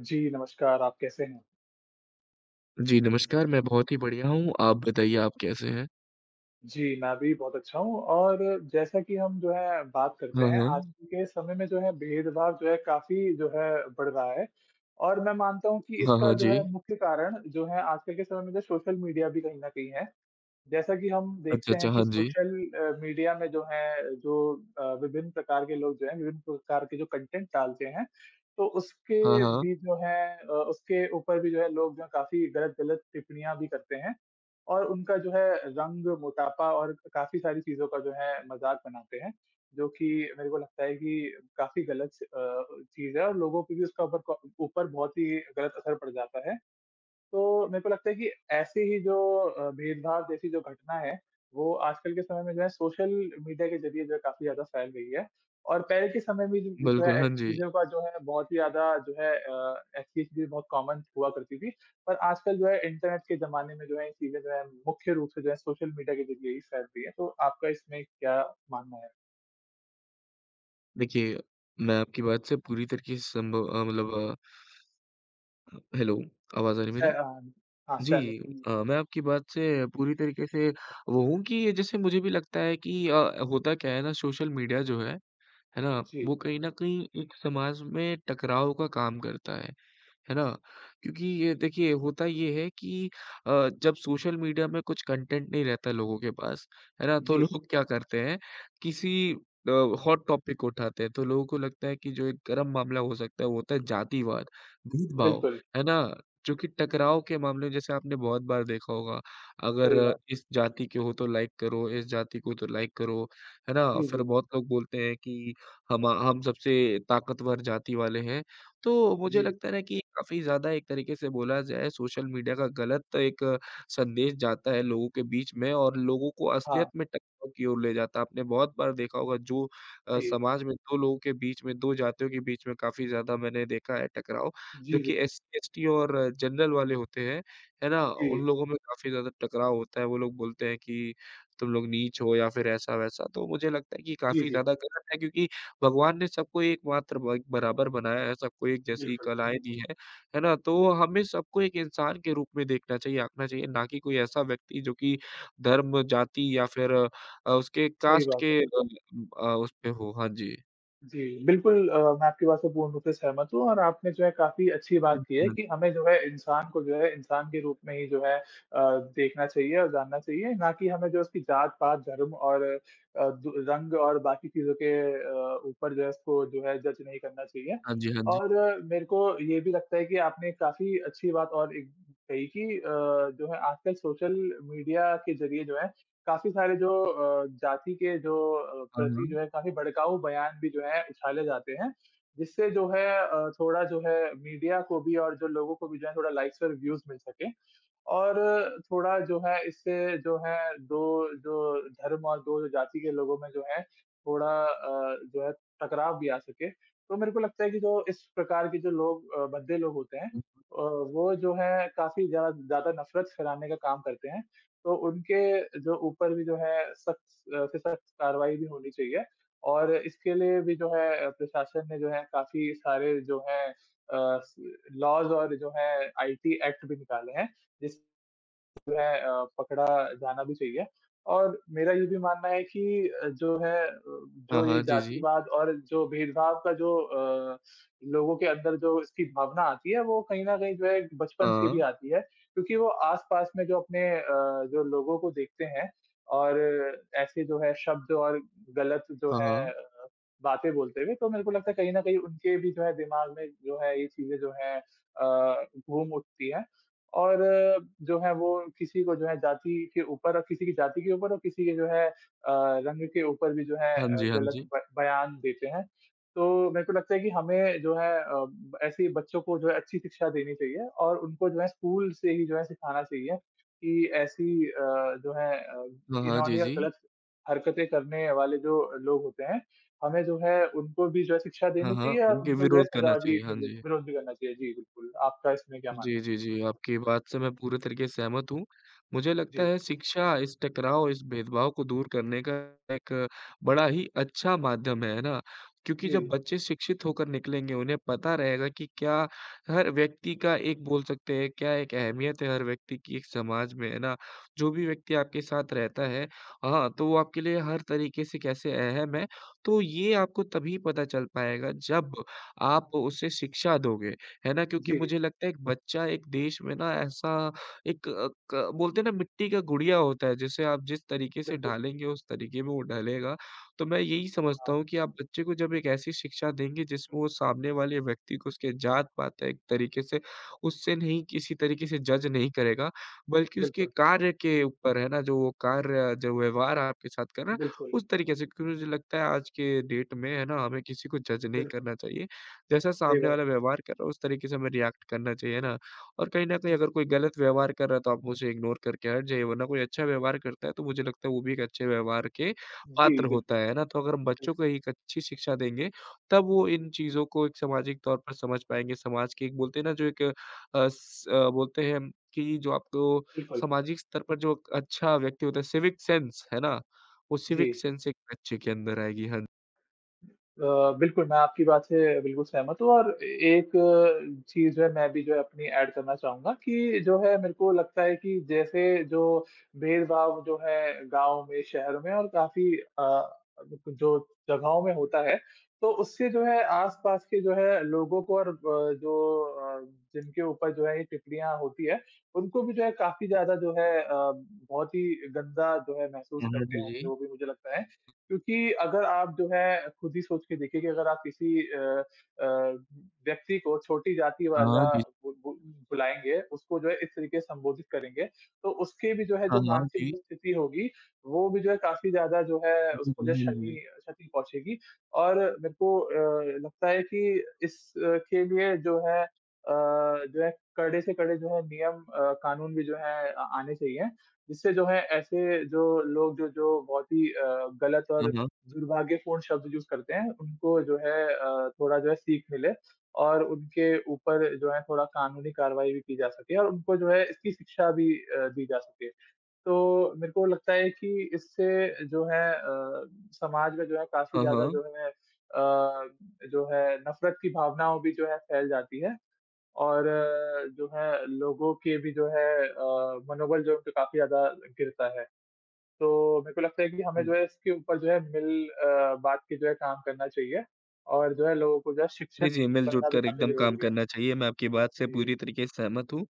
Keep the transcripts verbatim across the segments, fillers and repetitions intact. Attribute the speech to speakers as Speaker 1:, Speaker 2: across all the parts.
Speaker 1: जी, नमस्कार, आप कैसे हैं?
Speaker 2: जी, नमस्कार, मैं बहुत ही बढ़िया हूँ, आप बताइए आप कैसे हैं?
Speaker 1: जी, मैं भी बहुत अच्छा हूँ। और जैसा कि हम जो है बात करते
Speaker 2: हाँ,
Speaker 1: हैं,
Speaker 2: हाँ।
Speaker 1: आजकल के समय में जो है भेदभाव जो है काफ़ी जो है बढ़ रहा है। और मैं मानता हूँ कि
Speaker 2: हाँ,
Speaker 1: इसका
Speaker 2: हाँ,
Speaker 1: जो
Speaker 2: जी।
Speaker 1: है मुख्य कारण जो है आजकल के समय में जो सोशल मीडिया भी कहीं न कहीं है। जैसा कि हम
Speaker 2: अच्छा,
Speaker 1: देखते हैं
Speaker 2: अच्छा,
Speaker 1: कि
Speaker 2: हाँ जी।
Speaker 1: सोशल अ, मीडिया में जो है, जो अ, विभिन्न प्रकार के लोग जो हैं, विभिन्न प्रकार के जो कंटेंट डालते हैं, तो
Speaker 2: हाँ,
Speaker 1: उसके
Speaker 2: हाँ,
Speaker 1: भी जो है अ, उसके ऊपर भी जो है लोग जो हैं काफ़ी गलत-गलत टिप्पणियाँ भी करते हैं और उनका जो है रंग, मोटापा और काफ़ी सारी चीज़ों का जो है मज़ाक बनाते हैं, जो कि मेरे को लगता है कि काफ़ी गलत अ, चीज़ है और लोगों पे भी उसका ऊपर क ऊपर बहुत ही गलत असर पड़ जाता है। तो मेरे को लगता है कि ऐसी ही जो अ, भेदभाव जैसी जो घटना है, वो आजकल के समय में जो है सोशल मीडिया के ज़रिए जो है काफ़ी ज़्यादा फैल गई है और पहले के समय में जो जो है
Speaker 2: बिल्कुल, हाँ
Speaker 1: ऐसी
Speaker 2: जी।
Speaker 1: चीज़ों का जो है बहुत ही ज़्यादा जो है अ, ऐसी चीज़ें बहुत कॉमन हुआ करती थी। पर आजकल जो है इंटरनेट के ज़माने में जो है चीज़ें जो है मुख्य रूप से जो है सोशल मीडिया के ज़रिए ही फैल रही है। तो आपका इसमें क्या मानना है?
Speaker 2: देखिए, मैं आपकी बात से पूरी तरीके से संभव अ, मतलब अ, हेलो, आवाज़ आ रही है
Speaker 1: सह
Speaker 2: मेरी?
Speaker 1: अ, हाँ,
Speaker 2: जी,
Speaker 1: सहमत हूँ।
Speaker 2: अ, मैं आपकी बात से पूरी तरीके से वो हूँ कि जैसे मुझे भी लगता है कि अ, होता क्या है ना? सोशल मीडिया जो है, है ना?
Speaker 1: जी,
Speaker 2: वो कहीं न कहीं एक समाज में टकराव का काम करता है। है ना? क्योंकि ये देखिए होता ये है कि अ, जब सोशल मीडिया में कुछ कंटेंट नहीं रहता लोगों के पास, है ना? तो
Speaker 1: जी,
Speaker 2: लोग क्या करते हैं? किसी अ, हॉट टॉपिक को उठाते हैं, तो लोगों को लगता है कि जो एक गर्म मामला हो सकता है वो होता है जातिवाद, भेदभाव,
Speaker 1: बिल्कुल,
Speaker 2: है ना? जो कि टकराव के मामले में जैसे आपने बहुत बार देखा होगा, अगर
Speaker 1: सही बात।
Speaker 2: इस जाति के हो तो लाइक करो, इस जाति को तो लाइक करो, है ना?
Speaker 1: जी, जी,
Speaker 2: फिर
Speaker 1: जी।
Speaker 2: बहुत लोग बोलते हैं कि हम हम सबसे ताकतवर जाति वाले हैं। तो मुझे
Speaker 1: जी,
Speaker 2: लगता है ना कि जी, काफ़ी ज़्यादा एक तरीके से बोला जाए सोशल मीडिया का गलत एक संदेश जाता है लोगों के बीच में और लोगों को
Speaker 1: हाँ,
Speaker 2: असलियत में टकराव की ओर ले जाता है। आपने बहुत बार देखा होगा जो अ,
Speaker 1: जी।
Speaker 2: समाज में दो लोगों के बीच में दो जातियों के बीच में काफ़ी ज़्यादा मैंने देखा है टकराव, जो
Speaker 1: जी, जी,
Speaker 2: कि एस सी, एस टी और जनरल वाले होते हैं, है ना? उन
Speaker 1: जी।
Speaker 2: लोगों में काफ़ी ज़्यादा टकराव होता है। वो लोग बोलते हैं कि तुम लोग नीच हो या फिर ऐसा-वैसा। तो मुझे लगता है कि
Speaker 1: जी,
Speaker 2: काफ़ी
Speaker 1: जी।
Speaker 2: ज़्यादा
Speaker 1: बिल्कुल,
Speaker 2: गलत है, क्योंकि भगवान ने सबको एकमात्र ब बराबर बनाया है, सबको एक जैसी
Speaker 1: बिल्कुल,
Speaker 2: कलाएँ दी हैं, है ना? तो हमें सबको एक इंसान के रूप में देखना चाहिए, आँकना चाहिए, ना कि कोई ऐसा व्यक्ति जो कि धर्म, जाति या फिर अ, उसके
Speaker 1: सही
Speaker 2: कास्ट
Speaker 1: बात है।
Speaker 2: के अ अ, उस पे हो। हाँ जी।
Speaker 1: जी, बिल्कुल, अ, मैं आपकी बात से पूर्ण रूप से सहमत हूँ और आपने जो है काफ़ी अच्छी बात की है कि हमें जो है इंसान को जो है इंसान के रूप में ही जो है अ, देखना चाहिए और जानना चाहिए, ना कि हमें जो उसकी जात-पात, धर्म और अ, दु रंग और बाकी चीज़ों के अ, ऊपर जो है उसको जो है जज नहीं करना चाहिए।
Speaker 2: हाँ जी, हाँ जी, हाँ जी।
Speaker 1: और मेरे को ये भी लगता है कि आपने काफ़ी अच्छी बात और एक कही कि अ, जो है आजकल सोशल मीडिया के ज़रिए जो है काफ़ी सारे जो अ, जाति के जो अ,
Speaker 2: हाँ,
Speaker 1: प्रति
Speaker 2: हाँ।
Speaker 1: जो है काफ़ी भड़काऊ बयान भी जो है उछाले जाते हैं, जिससे जो है अ, थोड़ा जो है मीडिया को भी और जो लोगों को भी जो है थोड़ा लाइक्स और व्यूज़ मिल सकें। और थोड़ा जो है इससे जो है दो जो धर्म और दो जाति के लोगों में जो है थोड़ा अ, जो है टकराव भी आ सके। तो मेरे को लगता है कि जो इस प्रकार के जो लोग अ, भद्दे लोग होते हैं, अ,
Speaker 2: हुँ।
Speaker 1: वो जो है काफ़ी ज़्यादा ज़्यादा नफ़रत फैलाने का काम करते हैं। तो उनके जो ऊपर भी जो है सख्त अ, से सख्त कार्रवाई भी होनी चाहिए और इसके लिए भी जो है अ, प्रशासन ने जो है काफ़ी सारे जो है अ, स लॉज़ और जो है आईटी एक्ट भी निकाले हैं, जिस जो है अ, पकड़ा जाना भी चाहिए। और मेरा ये भी मानना है कि अ, जो है अ,
Speaker 2: हाँ,
Speaker 1: जो ये
Speaker 2: हाँ, जी, जी।
Speaker 1: जातिवाद और जो भेदभाव का जो अ, लोगों के अंदर जो इसकी भावना आती है, वो कहीं न कहीं जो है बचपन से
Speaker 2: हाँ,
Speaker 1: भी आती है, क्योंकि वो आस-पास में जो अपने अ, जो लोगों को देखते हैं और ऐसे जो है शब्द और गलत जो
Speaker 2: हाँ,
Speaker 1: है
Speaker 2: हाँ।
Speaker 1: बातें बोलते हुए, तो मेरे को लगता है कहीं न कहीं उनके भी जो है दिमाग में जो है ये चीज़ें जो हैं अ, घूम उठती हैं। और अ, जो है वो किसी को जो है जाति के ऊपर और किसी की जाति के ऊपर और किसी के जो है अ, रंग के ऊपर भी जो है
Speaker 2: हाँ
Speaker 1: अ,
Speaker 2: जी, हाँ
Speaker 1: गलत
Speaker 2: जी।
Speaker 1: ब बयान देते हैं। तो मेरे को लगता है कि हमें जो है अ, ब ऐसे ही बच्चों को जो है अच्छी शिक्षा देनी चाहिए और उनको जो है स्कूल से ही जो है सिखाना चाहिए कि ऐसी अ, जो है अ,
Speaker 2: हाँ, हाँ, जी,
Speaker 1: घिनौनी और
Speaker 2: जी।
Speaker 1: गलत हरकतें करने वाले जो लोग होते हैं हमें जो है उनको भी जो है शिक्षा
Speaker 2: हाँ,
Speaker 1: देनी
Speaker 2: हाँ,
Speaker 1: चाहिए और
Speaker 2: उनके
Speaker 1: उनको जो है
Speaker 2: विरोध करना
Speaker 1: सज़ा भी
Speaker 2: चाहिए। हाँ
Speaker 1: मिलनी
Speaker 2: जी।
Speaker 1: विरोध भी करना चाहिए। जी, बिल्कुल, आपका इसमें क्या मानना
Speaker 2: जी,
Speaker 1: है?
Speaker 2: जी, जी। आपकी बात से मैं पूरे तरीके से सहमत हूँ। मुझे लगता
Speaker 1: जी,
Speaker 2: है शिक्षा इस टकराव, इस भेदभाव को दूर करने का एक बड़ा ही अच्छा माध्यम है, है ना? क्योंकि जब
Speaker 1: जी,
Speaker 2: बच्चे शिक्षित होकर निकलेंगे, उन्हें पता रहेगा कि क्या हर व्यक्ति का एक बोल सकते हैं, क्या एक अहमियत है हर व्यक्ति की एक समाज में, है ना? जो भी व्यक्ति आपके साथ रहता है, हाँ, तो वो आपके लिए हर तरीके से कैसे अहम है, तो ये आपको तभी पता चल पाएगा जब आप उसे शिक्षा दोगे। है ना? क्योंकि
Speaker 1: जी,
Speaker 2: मुझे लगता है एक बच्चा एक देश में ना ऐसा एक अ, क बोलते हैं ना मिट्टी का गुड़िया होता है, जिसे आप जिस तरीके से
Speaker 1: बिल्कुल,
Speaker 2: ढालेंगे उस तरीके में वो ढलेगा। तो मैं यही समझता
Speaker 1: हाँ,
Speaker 2: हूँ कि आप बच्चे को जब एक ऐसी शिक्षा देंगे जिसमें वो सामने वाले व्यक्ति को उसके जात-पात एक तरीके से उससे नहीं किसी तरीके से जज नहीं करेगा, बल्कि उसके
Speaker 1: बिल्कुल,
Speaker 2: कार्य के ऊपर, है ना? जो वो कार्य जो व्यवहार आपके साथ कर रहा है,
Speaker 1: बिल्कुल,
Speaker 2: उस तरीके से, क्योंकि मुझे लगता है आज के डेट में है ना हमें किसी को जज नहीं
Speaker 1: बिल्कुल,
Speaker 2: करना चाहिए। जैसा
Speaker 1: सही
Speaker 2: सामने
Speaker 1: बात
Speaker 2: वाला व्यवहार कर रहा है उस तरीके से हमें रिएक्ट करना चाहिए ना। और कहीं न
Speaker 1: है।
Speaker 2: कहीं
Speaker 1: जी,
Speaker 2: अगर कोई गलत व्यवहार कर रहा है तो आप उसे इग्नोर करके हट जाइए, वरना कोई अच्छा व्यवहार करता है तो मुझे लगता है वो भी एक अच्छे व्यवहार के
Speaker 1: जी,
Speaker 2: पात्र
Speaker 1: बिल्कुल,
Speaker 2: होता है, है ना? तो अगर हम बच्चों को
Speaker 1: बिल्कुल,
Speaker 2: एक अच्छी शिक्षा देंगे तब वो इन चीज़ों को एक सामाजिक तौर पर समझ पाएँगे। समाज की एक बोलते हैं ना जो एक अ, स अ, बोलते हैं कि जो आपको
Speaker 1: बिल्कुल,
Speaker 2: सामाजिक स्तर पर जो एक अच्छा व्यक्ति होता है सिविक सेंस, है ना? वो
Speaker 1: जी।
Speaker 2: सिविक सेंस एक बच्चे के अंदर आएगी। हाँ।
Speaker 1: अ, बिल्कुल, मैं आपकी बात से बिल्कुल सहमत हूँ और एक अ, चीज़ जो है मैं भी जो है अपनी ऐड करना चाहूँगा कि जो है मेरे को लगता है कि जैसे जो भेदभाव जो है गाँव में, शहर में और काफ़ी अ, जो जगहों में होता है, तो उससे जो है आस-पास के जो है लोगों को और अ, जो अ, जिनके ऊपर जो है ये टिप्पणियाँ होती है, उनको भी जो है काफ़ी ज़्यादा जो है अ, बहुत ही गंदा जो है महसूस
Speaker 2: हुँ, हुँ। हाँ
Speaker 1: करते
Speaker 2: जी,
Speaker 1: होंगे
Speaker 2: जी।
Speaker 1: वो भी मुझे लगता है। क्योंकि अगर आप जो है खुद ही सोच के देखिए कि अगर आप किसी अ अ, व्यक्ति को छोटी जाति वाला
Speaker 2: हाँ, जी।
Speaker 1: बु बु बुलाएँगे, उसको जो है इस तरीके से संबोधित करेंगे, तो उसकी भी जो है
Speaker 2: हाँ,
Speaker 1: जो
Speaker 2: हाँ।
Speaker 1: मानसिक जो
Speaker 2: जी।
Speaker 1: स्थिति होगी, वो भी जो है काफ़ी ज़्यादा जो है
Speaker 2: जी,
Speaker 1: उसको
Speaker 2: जी,
Speaker 1: जो
Speaker 2: जी,
Speaker 1: शनि
Speaker 2: जी।
Speaker 1: क्षति पहुँचेगी। और मेरे को अ, लगता है कि इस अ, के लिए जो है अ, जो है कड़े से कड़े जो है नियम अ, कानून भी जो है अ, आने चाहिए। जिससे जो है ऐसे जो लोग जो जो बहुत ही अ, गलत
Speaker 2: हाँ,
Speaker 1: और
Speaker 2: हाँ।
Speaker 1: दुर्भाग्यपूर्ण शब्द यूज़ करते हैं, उनको जो है अ, थोड़ा जो है सीख मिले और उनके ऊपर जो है थोड़ा कानूनी कार्रवाई भी की जा सके और उनको जो है इसकी शिक्षा भी अ, दी जा सके। तो मेरे को लगता है कि इससे जो है अ, समाज में जो है काफ़ी
Speaker 2: हाँ,
Speaker 1: ज़्यादा
Speaker 2: हाँ।
Speaker 1: जो है अ, जो है नफ़रत की भावनाओं भी जो है फैल जाती है। और अ, जो है लोगों के भी जो है अ, मनोबल जो है उनका काफ़ी ज़्यादा गिरता है। तो मेरे को लगता है कि हमें जो
Speaker 2: हुँ।
Speaker 1: है इसके ऊपर जो है मिल अ, बाँट के जो है काम करना चाहिए और जो है लोगों को जो है
Speaker 2: जी,
Speaker 1: शिक्षित
Speaker 2: जी, मिल-जुल
Speaker 1: करना भी
Speaker 2: कर
Speaker 1: काफ़ी
Speaker 2: एकदम काम
Speaker 1: ज़रूरी है।
Speaker 2: करना चाहिए, मैं आपकी बात से
Speaker 1: जी,
Speaker 2: पूरी तरीके से सहमत हूँ।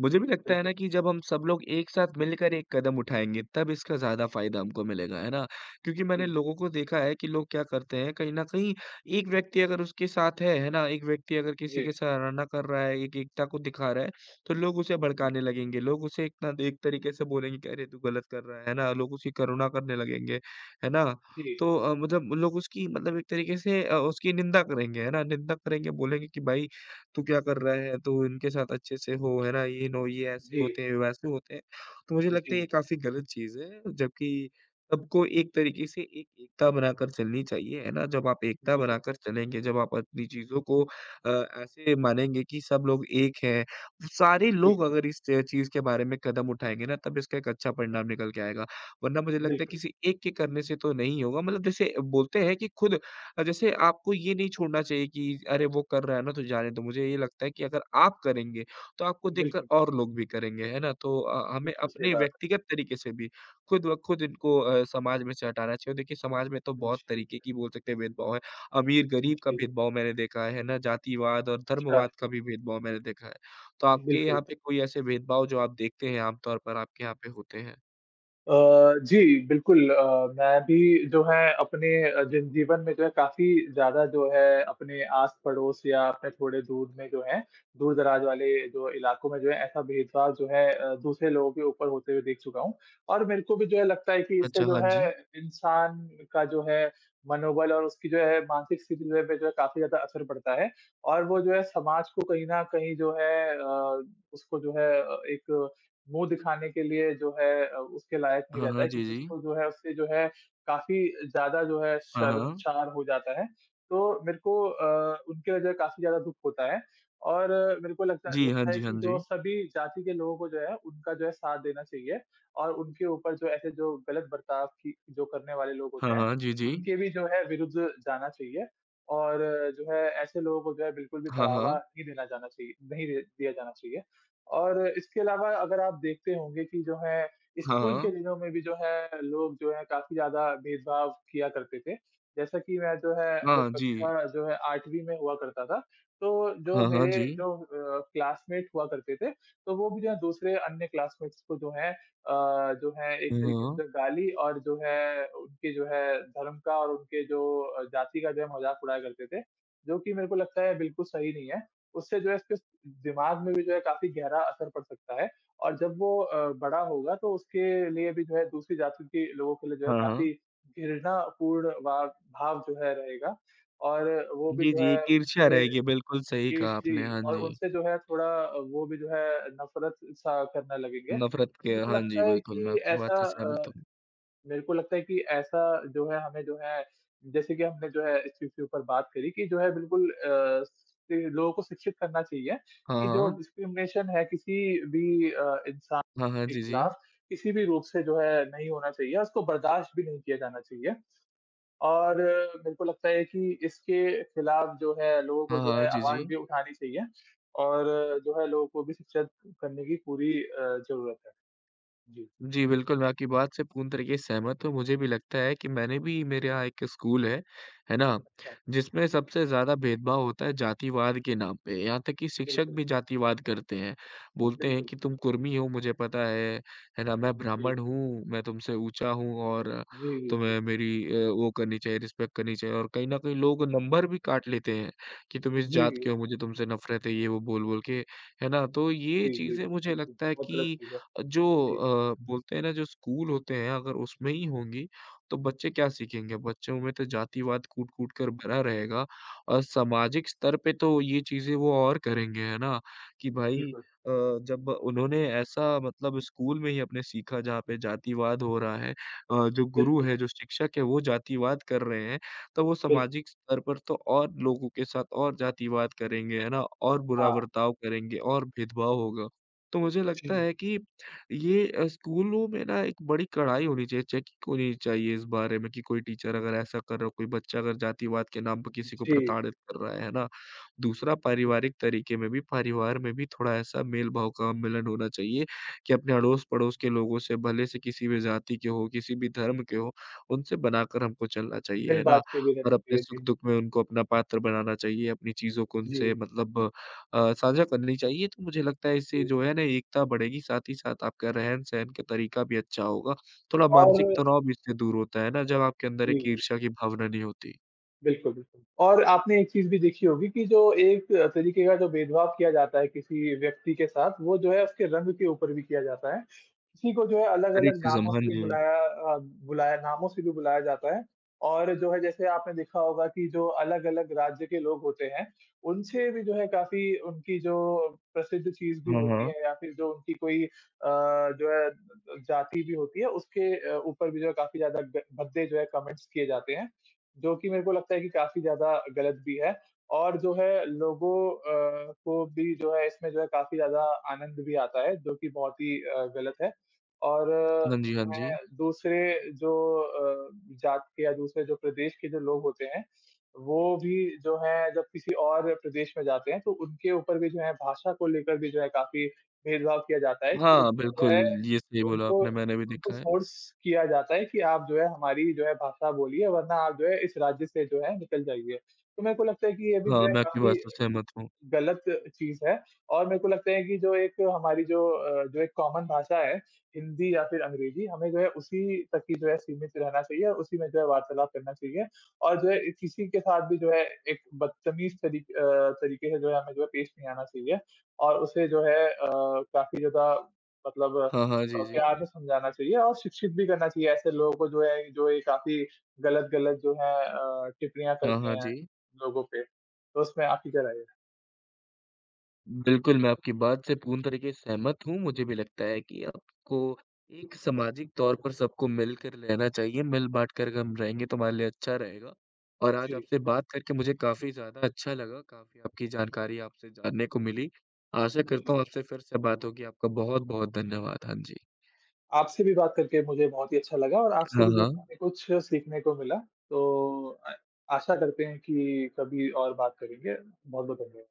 Speaker 2: मुझे भी लगता है
Speaker 1: बिल्कुल।
Speaker 2: ना कि जब हम सब लोग एक साथ मिलकर एक कदम उठाएँगे, तब इसका ज़्यादा फ़ायदा हमको मिलेगा, है ना? क्योंकि मैंने
Speaker 1: जी,
Speaker 2: लोगों को देखा है कि लोग क्या करते हैं, कहीं न कहीं एक व्यक्ति अगर उसके साथ है, है ना? एक व्यक्ति अगर किसी
Speaker 1: जी,
Speaker 2: की सराहना कर रहा है, एक एकता को दिखा रहा है, तो लोग उसे
Speaker 1: जी,
Speaker 2: भड़काने लगेंगे, लोग उसे इतना एक तरीके से बोलेंगे कि, "अरे! तू गलत कर रहा है।" है ना? लोग उसकी करुणा करने लगेंगे, है ना?
Speaker 1: जी,
Speaker 2: तो अ, मतलब लोग उसकी मतलब एक तरीके से अ, उसकी निंदा करेंगे, है ना? निंदा करेंगे, बोलेंगे कि भाई तू क्या कर रहा है? तू इनके साथ अच्छे से हो, है ना? ये नो ये ऐसे
Speaker 1: जी,
Speaker 2: होते हैं, वैसे होते हैं। तो मुझे लगता है
Speaker 1: जी,
Speaker 2: ये काफ़ी गलत चीज़ है, जबकि सबको एक तरीके से एक एकता बनाकर चलनी चाहिए, है ना? जब आप एकता
Speaker 1: बिल्कुल,
Speaker 2: बनाकर चलेंगे, जब आप अपनी चीज़ों को अ, ऐसे मानेंगे कि सब लोग एक हैं, सारे लोग
Speaker 1: बिल्कुल,
Speaker 2: अगर इस च चीज़ के बारे में कदम उठाएँगे ना, तब इसका एक अच्छा परिणाम निकल के आएगा। वरना मुझे लगता है
Speaker 1: बिल्कुल,
Speaker 2: किसी एक के करने से तो नहीं होगा, मतलब जैसे बोलते हैं कि खुद अ, जैसे आपको ये नहीं छोड़ना चाहिए कि अरे वो कर रहा है ना तो जाने दो। मुझे ये लगता है कि अगर आप करेंगे तो आपको देखकर
Speaker 1: बिल्कुल,
Speaker 2: और लोग भी करेंगे, है ना? तो अ, हमें
Speaker 1: बिल्कुल सही
Speaker 2: अपने
Speaker 1: बात
Speaker 2: व्यक्तिगत तरीके से भी खुद ब खुद इनको अ, समाज में से हटाना चाहिए। देखिए समाज में तो
Speaker 1: है।
Speaker 2: बहुत
Speaker 1: जी,
Speaker 2: तरीके की बोल सकते हैं भेदभाव है। अमीर-गरीब का
Speaker 1: जी,
Speaker 2: भेदभाव मैंने देखा है, है ना? जातिवाद और
Speaker 1: अच्छा,
Speaker 2: धर्मवाद का भी भेदभाव मैंने देखा है। तो आपके
Speaker 1: बिल्कुल।
Speaker 2: यहाँ पे कोई ऐसे भेदभाव जो आप देखते हैं आम तौर पर आपके यहाँ पे होते हैं?
Speaker 1: अ, जी, बिल्कुल, अ, मैं भी जो है अपने अ, जन जीवन में जो है काफ़ी ज़्यादा जो है अपने आस-पड़ोस या अपने थोड़े दूर में जो है, दूर-दराज़ वाले जो इलाकों में जो है ऐसा भेदभाव जो है अ, दूसरे लोगों के ऊपर होते हुए देख चुका हूँ। और मेरे को भी जो है लगता है कि इससे
Speaker 2: अच्छा,
Speaker 1: जो
Speaker 2: हाँ
Speaker 1: है
Speaker 2: जी।
Speaker 1: इंसान का जो है मनोबल और उसकी जो है मानसिक स्थिति जो है पे जो है काफ़ी ज़्यादा असर पड़ता है। और वो जो है समाज को कहीं न कहीं जो है अ, उसको जो है अ, एक मुँह दिखाने के लिए जो है अ, उसके लायक नहीं
Speaker 2: हाँ,
Speaker 1: रहता
Speaker 2: हाँ,
Speaker 1: है
Speaker 2: जी,
Speaker 1: क्योंकि
Speaker 2: जी।
Speaker 1: उसको जो है उससे जो है काफ़ी ज़्यादा जो है
Speaker 2: हाँ, हाँ।
Speaker 1: शर्मशार हो जाता है। तो मेरे को अ, उनकी वज़ह काफ़ी ज़्यादा दुःख होता है। और मेरे को लगता
Speaker 2: जी, हाँ
Speaker 1: लगता है
Speaker 2: जी, हाँ
Speaker 1: कि जो
Speaker 2: जी।
Speaker 1: सभी जाति के लोगों को जो है उनका जो है साथ देना चाहिए और उनके ऊपर जो ऐसे जो गलत बर्ताव की जो करने वाले लोग होते
Speaker 2: हाँ,
Speaker 1: हैं,
Speaker 2: हाँ, जी, जी।
Speaker 1: उनके भी जो है विरुद्ध जाना चाहिए और जो है ऐसे लोगों को जो है बिल्कुल भी
Speaker 2: हाँ,
Speaker 1: बढ़ावा
Speaker 2: हाँ।
Speaker 1: नहीं देना जाना चाहिए नहीं दे दिया जाना चाहिए। और इसके अलावा अगर आप देखते होंगे कि जो है
Speaker 2: हाँ,
Speaker 1: स्कूल के
Speaker 2: हाँ।
Speaker 1: दिनों में भी जो है लोग जो है काफ़ी ज़्यादा भेदभाव किया करते थे। जैसा कि मैं जो है जब
Speaker 2: हाँ, जी।
Speaker 1: कक्षा जो है आठवीं में हुआ करता था, तो जो
Speaker 2: हाँ, हाँ,
Speaker 1: मेरे
Speaker 2: जी।
Speaker 1: जो अ, क्लासमेट हुआ करते थे, तो वो भी जो है दूसरे अन्य क्लासमेट्स को जो है अ, जो है एक
Speaker 2: हाँ,
Speaker 1: तरीके से
Speaker 2: हाँ।
Speaker 1: जो गाली और जो है उनके जो है धर्म का और उनके जो अ, जाति का जो है मज़ाक उड़ाया करते थे, जो कि मेरे को लगता है बिल्कुल सही नहीं है। उससे जो है इसके दिमाग में भी जो है काफ़ी गहरा असर पड़ सकता है और जब वो अ, बड़ा होगा तो उसके लिए भी जो है दूसरी जाति के लोगों के लिए जो है
Speaker 2: हाँ, हाँ।
Speaker 1: काफ़ी घृणापूर्ण वा भाव जो है रहेगा और वो भी
Speaker 2: जी,
Speaker 1: जो
Speaker 2: जी,
Speaker 1: है
Speaker 2: एक ईर्ष्या
Speaker 1: ए,
Speaker 2: रहेगी, बिल्कुल सही
Speaker 1: ईश
Speaker 2: कहा
Speaker 1: जी
Speaker 2: आपने, हाँ
Speaker 1: और
Speaker 2: जी।
Speaker 1: उनसे जो है थोड़ा वो भी जो है नफ़रत-सा करने लगेंगे।
Speaker 2: नफ़रत के
Speaker 1: मुझे तो
Speaker 2: हाँ जी,
Speaker 1: लगता है
Speaker 2: बिल्कुल, मैं
Speaker 1: कि
Speaker 2: आपकी बात
Speaker 1: ऐसा
Speaker 2: से
Speaker 1: अ
Speaker 2: सहमत हूँ।
Speaker 1: मेरे को लगता है कि ऐसा जो है हमें जो है जैसे कि हमने जो है इस चीज़ के ऊपर बात करी कि जो है बिल्कुल, अ, सि लोगों को शिक्षित करना चाहिए
Speaker 2: हाँ,
Speaker 1: कि जो
Speaker 2: हाँ।
Speaker 1: डिस्क्रिमिनेशन है किसी भी अ, इंसान
Speaker 2: हाँ, हाँ,
Speaker 1: के
Speaker 2: जी, जी।
Speaker 1: खिलाफ किसी भी रूप से जो है नहीं होना चाहिए, उसको बर्दाश्त भी नहीं किया जाना चाहिए। और अ, मेरे को लगता है कि इसके खिलाफ जो है लोगों को
Speaker 2: हाँ,
Speaker 1: जो
Speaker 2: हाँ,
Speaker 1: है
Speaker 2: जी,
Speaker 1: आवाज़
Speaker 2: जी।
Speaker 1: भी उठानी चाहिए और अ, जो है लोगों को भी शिक्षित करने की पूरी अ, ज़रूरत है। जी।
Speaker 2: जी, बिल्कुल, मैं आपकी बात से पूर्ण तरीके से सहमत हूँ। मुझे भी लगता है कि मैंने भी मेरे यहाँ एक स्कूल है, है ना?
Speaker 1: हाँ,
Speaker 2: जिसमें सबसे ज़्यादा भेदभाव होता है जातिवाद के नाम पे। यहाँ तक कि शिक्षक
Speaker 1: बिल्कुल,
Speaker 2: भी जातिवाद करते हैं। बोलते हैं
Speaker 1: बिल्कुल।
Speaker 2: कि तुम कुर्मी हो मुझे पता है, है ना? मैं
Speaker 1: जी।
Speaker 2: ब्राह्मण हूँ, मैं तुमसे ऊँचा हूँ और
Speaker 1: जी, जी।
Speaker 2: तुम्हें मेरी अ, वो करनी चाहिए, रिस्पेक्ट करनी चाहिए और कहीं न कहीं लोग नंबर भी काट लेते हैं कि तुम इस
Speaker 1: जी, जी,
Speaker 2: जात
Speaker 1: जी।
Speaker 2: के हो, मुझे तुमसे नफ़रत है, ये वो बोल-बोल के, है ना? तो ये चीज़ें मुझे
Speaker 1: बिल्कुल,
Speaker 2: लगता है
Speaker 1: बहुत गलत
Speaker 2: कि
Speaker 1: चीज़ है।
Speaker 2: जो
Speaker 1: जी,
Speaker 2: अ, बोलते हैं ना जो स्कूल होते हैं अगर उसमें ही होंगी, तो बच्चे क्या सीखेंगे? बच्चों में तो जातिवाद कूट-कूट कर भरा रहेगा और सामाजिक स्तर पे तो ये चीज़ें वो और करेंगे, है ना? कि भाई
Speaker 1: बिल्कुल,
Speaker 2: अ, जब उन्होंने ऐसा मतलब स्कूल में ही अपने सीखा जहाँ पे जातिवाद हो रहा है, अ, जो गुरु
Speaker 1: बिल्कुल,
Speaker 2: है, जो शिक्षक है वो जातिवाद कर रहे हैं, तो वो
Speaker 1: बिल्कुल।
Speaker 2: सामाजिक स्तर पर तो और लोगों के साथ और जातिवाद करेंगे, है ना? और बुरा
Speaker 1: हाँ,
Speaker 2: बर्ताव करेंगे और भेदभाव होगा। तो मुझे लगता
Speaker 1: जी,
Speaker 2: है कि ये अ, स्कूलों में ना एक बड़ी कड़ाई होनी चाहिए, चेकिंग होनी चाहिए इस बारे में कि कोई टीचर अगर ऐसा कर रहा हो, कोई बच्चा अगर जातिवाद के नाम पर किसी को
Speaker 1: जी,
Speaker 2: प्रताड़ित कर रहा है, है ना? दूसरा
Speaker 1: बिल्कुल।
Speaker 2: पारिवारिक तरीके में भी, परिवार में भी थोड़ा ऐसा मेल-भाव का मिलन होना चाहिए कि अपने अड़ोस-पड़ोस के लोगों से भले से किसी भी जाति के हो, किसी भी धर्म के हो, उनसे बनाकर हमको चलना चाहिए,
Speaker 1: मिल
Speaker 2: है
Speaker 1: बाँट
Speaker 2: ना?
Speaker 1: के भी
Speaker 2: और
Speaker 1: रहना
Speaker 2: अपने
Speaker 1: चाहिए। जी,
Speaker 2: सुख-दुख में उनको अपना पात्र बनाना चाहिए, अपनी चीज़ों को उनसे
Speaker 1: जी,
Speaker 2: मतलब अ, साझा करनी चाहिए, तो मुझे लगता है इससे
Speaker 1: जी।
Speaker 2: जो है ना एकता बढ़ेगी, साथ ही साथ आपका रहन-सहन का तरीका भी अच्छा होगा। थोड़ा मानसिक
Speaker 1: और
Speaker 2: तनाव भी इससे दूर होता है ना जब आपके अंदर एक
Speaker 1: जी।
Speaker 2: ईर्ष्या की भावना नहीं होती।
Speaker 1: बिल्कुल, बिल्कुल। और आपने एक चीज़ भी देखी होगी कि जो एक तरीके का जो भेदभाव किया जाता है किसी व्यक्ति के साथ, वो जो है उसके रंग के ऊपर भी किया जाता है। किसी को जो है
Speaker 2: हर एक
Speaker 1: अलग-अलग
Speaker 2: चीज़ हम,
Speaker 1: नामों
Speaker 2: हाँ
Speaker 1: से भी
Speaker 2: जी।
Speaker 1: बुलाया अ, बुलाया नामों से भी बुलाया जाता है और जो है जैसे आपने देखा होगा कि जो अलग-अलग राज्य के लोग होते हैं, उनसे भी जो है काफ़ी उनकी जो प्रसिद्ध चीज़ भी
Speaker 2: हाँ,
Speaker 1: होती
Speaker 2: हाँ।
Speaker 1: है या फिर जो उनकी कोई अ, जो है जाति भी होती है, उसके अ, ऊपर भी जो है काफ़ी ज़्यादा ग भद्दे जो है कमेंट्स किए जाते हैं। जो कि मेरे को लगता है कि काफ़ी ज़्यादा गलत भी है और जो है लोगों अ, को भी जो है इसमें जो है काफ़ी ज़्यादा आनंद भी आता है, जो कि बहुत ही अ, गलत है। और अ,
Speaker 2: हाँ जी, हाँ जी।
Speaker 1: मैं दूसरे जो अ, जात के या दूसरे जो प्रदेश के जो लोग होते हैं, वो भी जो है जब किसी और प्रदेश में जाते हैं, तो उनके ऊपर भी जो है भाषा को लेकर भी जो है काफ़ी भेदभाव किया जाता है कि
Speaker 2: हाँ,
Speaker 1: उनको जो
Speaker 2: बिल्कुल
Speaker 1: है
Speaker 2: ये सही बोला
Speaker 1: उनको
Speaker 2: आपने, मैंने भी
Speaker 1: उनको
Speaker 2: देखा है।
Speaker 1: फ़ोर्स किया जाता है कि आप जो है हमारी जो है भाषा बोलिए वरना आप जो है इस राज्य से जो है निकल जाइए। तो मेरे को लगता है कि ये भी जो
Speaker 2: हाँ,
Speaker 1: है
Speaker 2: मैं आपकी
Speaker 1: काफ़ी
Speaker 2: बात से सहमत हूँ।
Speaker 1: गलत चीज़ है और मेरे को लगता है कि जो एक हमारी जो अ, जो एक कॉमन भाषा है, हिंदी या फिर अंग्रेज़ी हमें जो है उसी तक ही जो है सीमित रहना चाहिए और उसी में जो है वार्तालाप करना चाहिए और जो है किसी के साथ भी जो है एक बदतमीज़ तरी अ, तरीके से जो है हमें जो है पेश नहीं आना चाहिए और उसे जो है अ, काफ़ी ज़्यादा मतलब
Speaker 2: हाँ, हाँ।
Speaker 1: अ,
Speaker 2: जी, जी।
Speaker 1: प्यार से समझाना चाहिए और शिक्षित भी करना चाहिए ऐसे लोगों को जो है, जो ये काफ़ी गलत-गलत जो है अ, टिप्पणियाँ
Speaker 2: हाँ,
Speaker 1: करते
Speaker 2: हाँ।
Speaker 1: हैं
Speaker 2: जी।
Speaker 1: लोगों पे। तो उसमें आपकी क्या राय है?
Speaker 2: बिल्कुल, मैं आपकी बात से पूर्ण तरीके से सहमत हूँ। मुझे भी लगता है कि आपको एक सामाजिक तौर पर सबको मिलकर रहना चाहिए, मिल-बाँट कर अगर हम रहेंगे तो हमारे लिए अच्छा रहेगा। और आज
Speaker 1: जी,
Speaker 2: आपसे बात करके मुझे काफ़ी ज़्यादा अच्छा लगा, काफ़ी आपकी जानकारी आपसे जानने को मिली। आशा
Speaker 1: जी।
Speaker 2: करता हूँ आपसे फिर से बात होगी। आपका बहुत-बहुत धन्यवाद। हाँ जी।
Speaker 1: आपसे भी बात करके मुझे बहुत ही अच्छा लगा और आपसे
Speaker 2: हाँ,
Speaker 1: भी जो
Speaker 2: हाँ।
Speaker 1: काफ़ी कुछ सीखने को मिला। तो अ, आशा करते हैं कि कभी और बात करेंगे। बहुत-बहुत धन्यवाद।